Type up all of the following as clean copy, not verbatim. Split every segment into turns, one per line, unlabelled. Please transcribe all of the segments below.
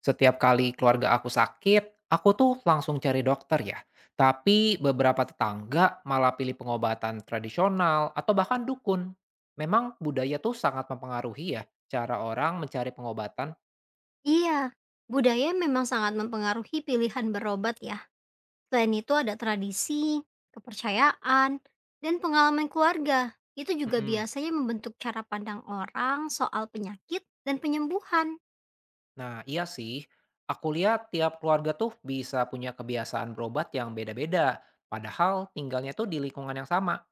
Setiap kali keluarga aku sakit, aku tuh langsung cari dokter ya. Tapi beberapa tetangga malah pilih pengobatan tradisional atau bahkan dukun. Memang budaya tuh sangat mempengaruhi ya cara orang mencari pengobatan.
Iya, budaya memang sangat mempengaruhi pilihan berobat ya. Selain itu ada tradisi, kepercayaan, dan pengalaman keluarga. Itu juga
Mm-mm.
biasanya membentuk cara pandang orang soal penyakit dan penyembuhan.
Nah iya sih, aku lihat tiap keluarga tuh bisa punya kebiasaan berobat yang beda-beda. Padahal tinggalnya tuh di lingkungan yang sama.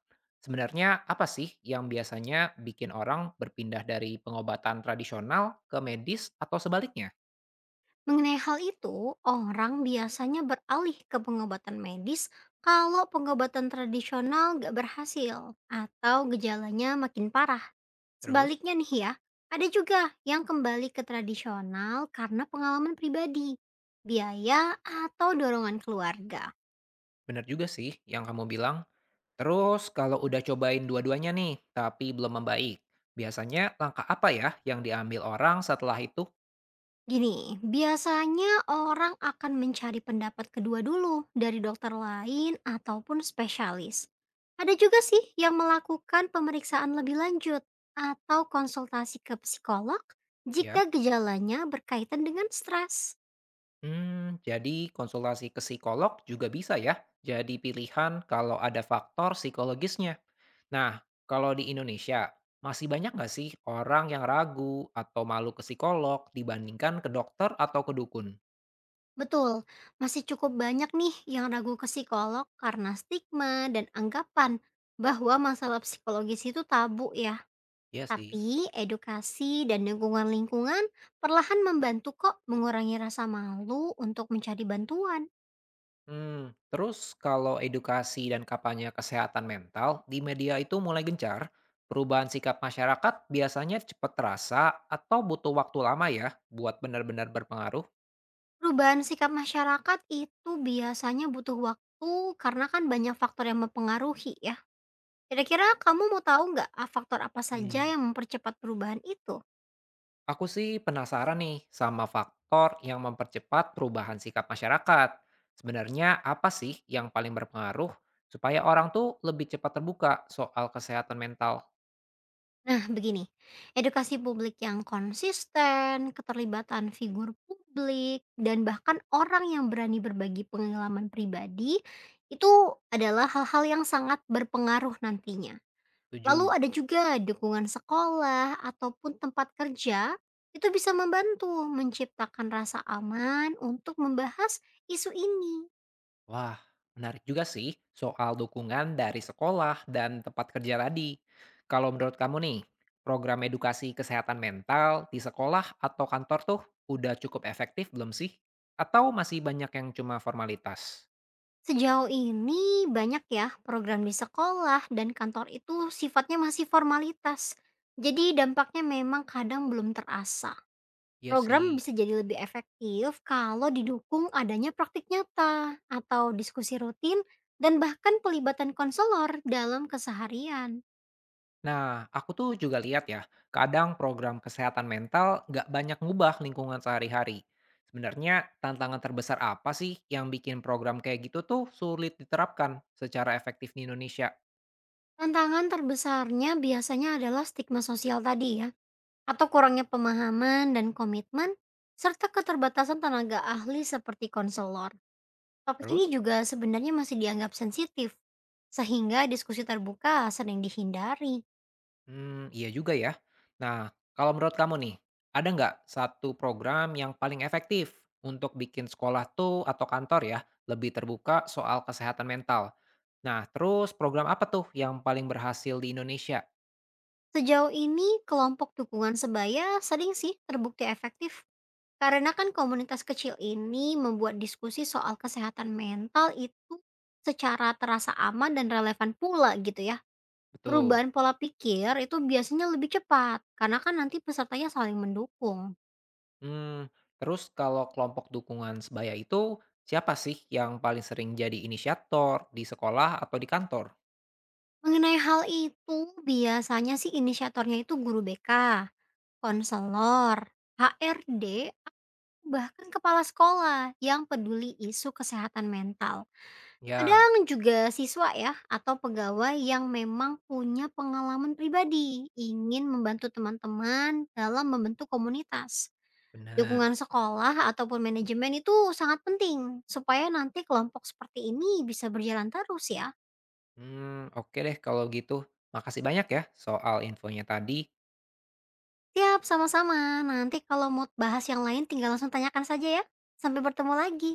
Sebenarnya apa sih yang biasanya bikin orang berpindah dari pengobatan tradisional ke medis atau sebaliknya?
Mengenai hal itu, orang biasanya beralih ke pengobatan medis kalau pengobatan tradisional gak berhasil atau gejalanya makin parah.
Terus?
Sebaliknya nih ya, ada juga yang kembali ke tradisional karena pengalaman pribadi, biaya, atau dorongan keluarga.
Bener juga sih yang kamu bilang. Terus kalau udah cobain dua-duanya nih, tapi belum membaik, biasanya langkah apa ya yang diambil orang setelah itu?
Gini, biasanya orang akan mencari pendapat kedua dulu dari dokter lain ataupun spesialis. Ada juga sih yang melakukan pemeriksaan lebih lanjut atau konsultasi ke psikolog
Ya.
jika gejalanya berkaitan dengan stres.
Jadi konsultasi ke psikolog juga bisa ya. Jadi pilihan kalau ada faktor psikologisnya. Nah, kalau di Indonesia, masih banyak nggak sih orang yang ragu atau malu ke psikolog dibandingkan ke dokter atau ke dukun?
Betul, masih cukup banyak nih yang ragu ke psikolog karena stigma dan anggapan bahwa masalah psikologis itu tabu ya.
Ya sih.
Tapi edukasi dan dukungan lingkungan perlahan membantu kok mengurangi rasa malu untuk mencari bantuan.
Terus kalau edukasi dan kampanye kesehatan mental di media itu mulai gencar, perubahan sikap masyarakat biasanya cepat terasa atau butuh waktu lama ya buat benar-benar berpengaruh?
Perubahan sikap masyarakat itu biasanya butuh waktu karena kan banyak faktor yang mempengaruhi ya. Kira-kira kamu mau tahu nggak ah, faktor apa saja
Hmm.
yang mempercepat perubahan itu?
Aku sih penasaran nih sama faktor yang mempercepat perubahan sikap masyarakat. Sebenarnya apa sih yang paling berpengaruh supaya orang tuh lebih cepat terbuka soal kesehatan mental?
Nah, begini, edukasi publik yang konsisten, keterlibatan figur publik, dan bahkan orang yang berani berbagi pengalaman pribadi itu adalah hal-hal yang sangat berpengaruh nantinya. Lalu
Tujuh.
ada juga dukungan sekolah ataupun tempat kerja itu bisa membantu menciptakan rasa aman untuk membahas isu ini.
Wah, menarik juga sih soal dukungan dari sekolah dan tempat kerja tadi. Kalau menurut kamu nih, program edukasi kesehatan mental di sekolah atau kantor tuh udah cukup efektif belum sih? Atau masih banyak yang cuma formalitas?
Sejauh ini banyak ya program di sekolah dan kantor itu sifatnya masih formalitas. Jadi dampaknya memang kadang belum terasa.
Iya
Program
sih.
bisa jadi lebih efektif kalau didukung adanya praktik nyata atau diskusi rutin dan bahkan pelibatan konselor dalam keseharian.
Nah, aku tuh juga lihat ya, kadang program kesehatan mental nggak banyak ngubah lingkungan sehari-hari. Sebenarnya tantangan terbesar apa sih yang bikin program kayak gitu tuh sulit diterapkan secara efektif di Indonesia?
Tantangan terbesarnya biasanya adalah stigma sosial tadi ya, atau kurangnya pemahaman dan komitmen serta keterbatasan tenaga ahli seperti konselor. Topik ini
Terus?
juga sebenarnya masih dianggap sensitif, sehingga diskusi terbuka sering dihindari.
Mmm, iya juga ya. Nah, kalau menurut kamu nih, ada nggak satu program yang paling efektif untuk bikin sekolah tuh atau kantor ya lebih terbuka soal kesehatan mental? Nah, terus program apa tuh yang paling berhasil di Indonesia?
Sejauh ini, kelompok dukungan sebaya sering sih terbukti efektif. Karena kan komunitas kecil ini membuat diskusi soal kesehatan mental itu secara terasa aman dan relevan pula gitu ya.
Betul.
Perubahan pola pikir itu biasanya lebih cepat, karena kan nanti pesertanya saling mendukung.
Mmm, terus kalau kelompok dukungan sebaya itu, siapa sih yang paling sering jadi inisiator di sekolah atau di kantor?
Mengenai hal itu, biasanya sih inisiatornya itu guru BK, konselor, HRD, atau bahkan kepala sekolah yang peduli isu kesehatan mental.
Ya,
Kadang juga siswa ya atau pegawai yang memang punya pengalaman pribadi ingin membantu teman-teman dalam membentuk komunitas. Dukungan
benar.
sekolah ataupun manajemen itu sangat penting supaya nanti kelompok seperti ini bisa berjalan terus ya.
Mmm, oke deh kalau gitu. Makasih banyak ya soal infonya tadi.
Siap sama-sama. Nanti kalau mau bahas yang lain tinggal langsung tanyakan saja ya. Sampai bertemu lagi.